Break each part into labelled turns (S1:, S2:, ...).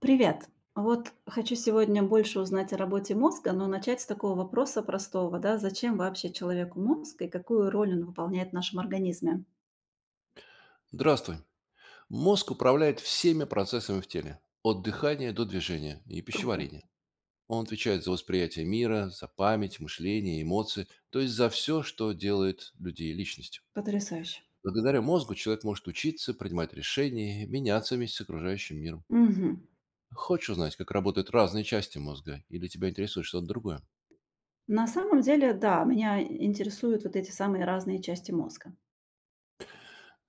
S1: Привет! Вот хочу сегодня больше узнать о работе мозга, но начать с такого вопроса простого, да, зачем вообще человеку мозг и какую роль он выполняет в нашем организме?
S2: Здравствуй. Мозг управляет всеми процессами в теле, от дыхания до движения и
S1: Круто.
S2: пищеварения. Он отвечает за восприятие мира, за память, мышление, эмоции, то есть за все, что делает людей личностью.
S1: Потрясающе.
S2: Благодаря мозгу человек может учиться, принимать решения, меняться вместе с окружающим миром.
S1: Мгм.
S2: Хочешь узнать, как работают разные части мозга, или тебя интересует что-то другое?
S1: На самом деле, да, меня интересуют вот эти самые разные части мозга.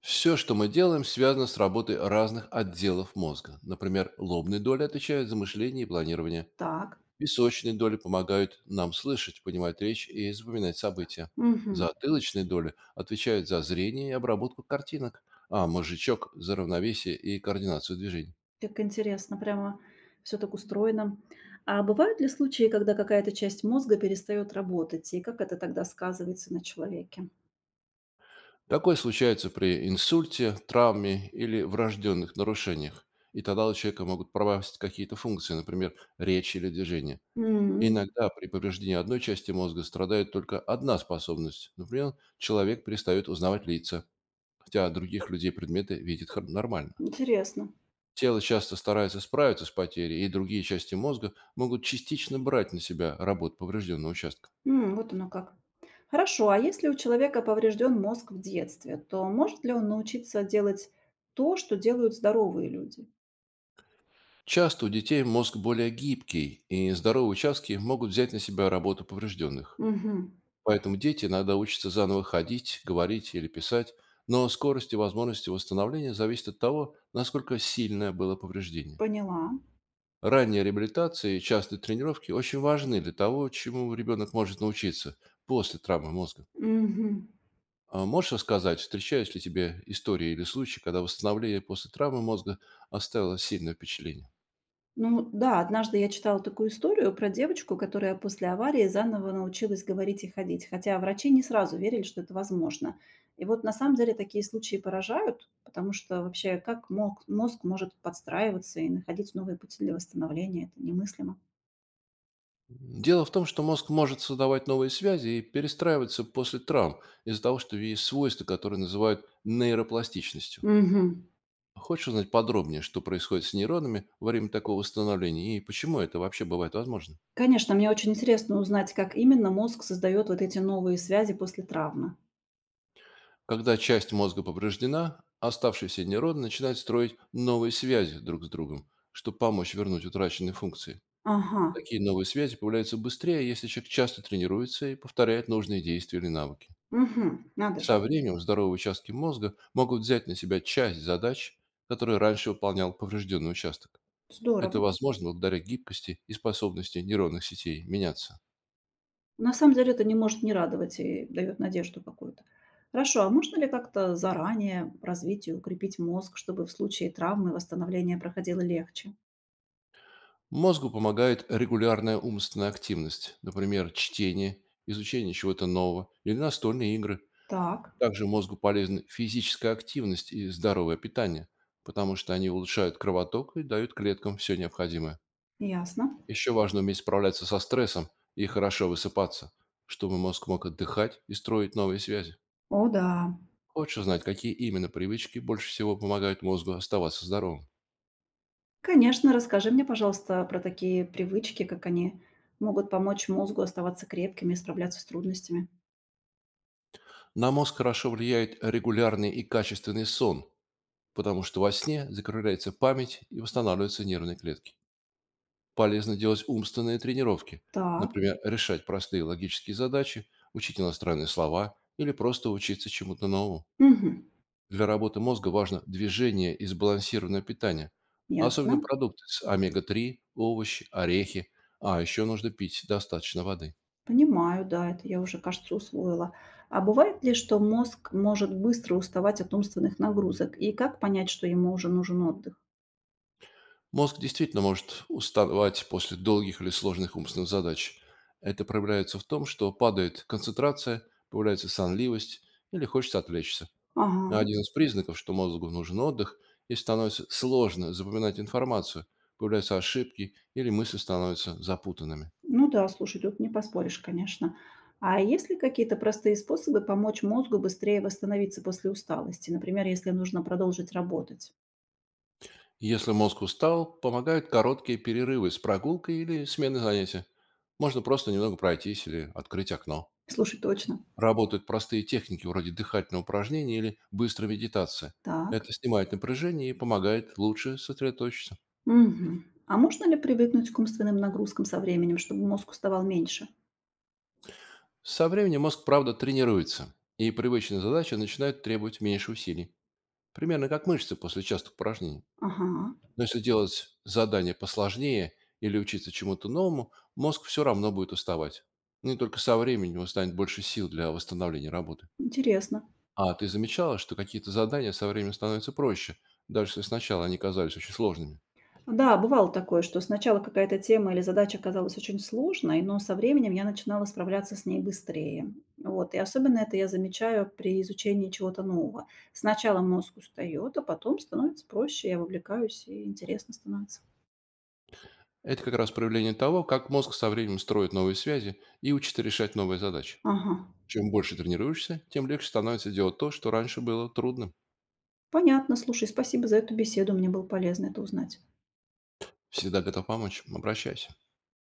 S2: Все, что мы делаем, связано с работой разных отделов мозга. Например, лобные доли отвечают за мышление и планирование,
S1: Так.
S2: височные доли помогают нам слышать, понимать речь и запоминать события.
S1: Мгм.
S2: Затылочные доли отвечают за зрение и обработку картинок, а мозжечок – за равновесие и координацию движений.
S1: Как интересно, прямо все так устроено. А бывают ли случаи, когда какая-то часть мозга перестает работать, и как это тогда сказывается на человеке?
S2: Такое случается при инсульте, травме или врожденных нарушениях. И тогда у человека могут пропасть какие-то функции, например, речь или движение.
S1: М.
S2: Иногда при повреждении одной части мозга страдает только одна способность. Например, человек перестает узнавать лица, хотя других людей предметы видит нормально.
S1: Интересно.
S2: Тело часто старается справиться с потерей, и другие части мозга могут частично брать на себя работу поврежденного участка.
S1: М, вот оно как. Хорошо, а если у человека поврежден мозг в детстве, то может ли он научиться делать то, что делают здоровые люди?
S2: Часто у детей мозг более гибкий, и здоровые участки могут взять на себя работу поврежденных.
S1: Мгм.
S2: Поэтому дети иногда учатся заново ходить, говорить или писать, но скорость и возможности восстановления зависят от того, насколько сильное было повреждение.
S1: Поняла.
S2: Ранняя реабилитация и частые тренировки очень важны для того, чему ребенок может научиться после травмы мозга.
S1: Мгм.
S2: А можешь рассказать, встречались ли тебе истории или случаи, когда восстановление после травмы мозга оставило сильное впечатление?
S1: Ну да, однажды я читала такую историю про девочку, которая после аварии заново научилась говорить и ходить, хотя врачи не сразу верили, что это возможно. И вот на самом деле такие случаи поражают, потому что вообще мозг может подстраиваться и находить новые пути для восстановления, это немыслимо.
S2: Дело в том, что мозг может создавать новые связи и перестраиваться после травм из-за того, что есть свойства, которые называют нейропластичностью.
S1: Мгм.
S2: Хочешь узнать подробнее, что происходит с нейронами во время такого восстановления и почему это вообще бывает возможно?
S1: Конечно, мне очень интересно узнать, как именно мозг создает вот эти новые связи после травмы.
S2: Когда часть мозга повреждена, оставшиеся нейроны начинают строить новые связи друг с другом, чтобы помочь вернуть утраченные функции.
S1: Ага,
S2: Такие новые связи появляются быстрее, если человек часто тренируется и повторяет нужные действия или навыки.
S1: мгм, надо же,
S2: Со временем здоровые участки мозга могут взять на себя часть задач, которые раньше выполнял поврежденный участок. Это
S1: здорово.
S2: возможно благодаря гибкости и способности нейронных сетей меняться.
S1: На самом деле это не может не радовать и дает надежду какую-то. Хорошо, а можно ли как-то заранее развить и укрепить мозг, чтобы в случае травмы восстановление проходило легче?
S2: Мозгу помогает регулярная умственная активность, например, чтение, изучение чего-то нового или настольные игры.
S1: Так,
S2: Также мозгу полезны физическая активность и здоровое питание, потому что они улучшают кровоток и дают клеткам все необходимое.
S1: ясно.
S2: Еще важно уметь справляться со стрессом и хорошо высыпаться, чтобы мозг мог отдыхать и строить новые связи.
S1: О да.
S2: Хочешь узнать, какие именно привычки больше всего помогают мозгу оставаться здоровым?
S1: Конечно, расскажи мне, пожалуйста, про такие привычки, как они могут помочь мозгу оставаться крепким и справляться с трудностями.
S2: На мозг хорошо влияет регулярный и качественный сон, потому что во сне закрывается память и восстанавливаются нервные клетки. Полезно делать умственные тренировки,
S1: Так,
S2: например, решать простые логические задачи, учить иностранные слова или просто учиться чему-то новому.
S1: мгм,
S2: Для работы мозга важно движение и сбалансированное питание, особенно
S1: ясно.
S2: продукты с омега-3, овощи, орехи, а еще нужно пить достаточно воды.
S1: Понимаю, да, это я уже, кажется, усвоила. А бывает ли, что мозг может быстро уставать от умственных нагрузок? И как понять, что ему уже нужен отдых?
S2: Мозг действительно может уставать после долгих или сложных умственных задач. Это проявляется в том, что падает концентрация, появляется сонливость или хочется отвлечься.
S1: Ага,
S2: Один из признаков, что мозгу нужен отдых, если становится сложно запоминать информацию, появляются ошибки или мысли становятся запутанными.
S1: ну да, слушай, тут не поспоришь, конечно. А есть ли какие-то простые способы помочь мозгу быстрее восстановиться после усталости? Например, если нужно продолжить работать?
S2: Если мозг устал, помогают короткие перерывы с прогулкой или смены занятия. Можно просто немного пройтись или открыть окно.
S1: Слушай, точно.
S2: Работают простые техники вроде дыхательного упражнения или быстрой медитации.
S1: Так.
S2: Это снимает напряжение и помогает лучше сосредоточиться.
S1: Мгм. А можно ли привыкнуть к умственным нагрузкам со временем, чтобы мозг уставал меньше?
S2: Со временем мозг, правда, тренируется, и привычные задачи начинают требовать меньше усилий. Примерно как мышцы после частых упражнений.
S1: Ага,
S2: Но если делать задание посложнее или учиться чему-то новому, мозг все равно будет уставать. Ну и только со временем устанет больше сил для восстановления работы.
S1: интересно.
S2: А ты замечала, что какие-то задания со временем становятся проще, даже если сначала они казались очень сложными?
S1: Да, бывало такое, что сначала какая-то тема или задача казалась очень сложной, но со временем я начинала справляться с ней быстрее. Вот. И особенно это я замечаю при изучении чего-то нового. Сначала мозг устает, а потом становится проще, я вовлекаюсь и интересно становится.
S2: Это как раз проявление того, как мозг со временем строит новые связи и учится решать новые задачи.
S1: Ага,
S2: Чем больше тренируешься, тем легче становится делать то, что раньше было трудным.
S1: понятно. Слушай, спасибо за эту беседу, мне было полезно это узнать.
S2: Всегда готов помочь. Обращайся.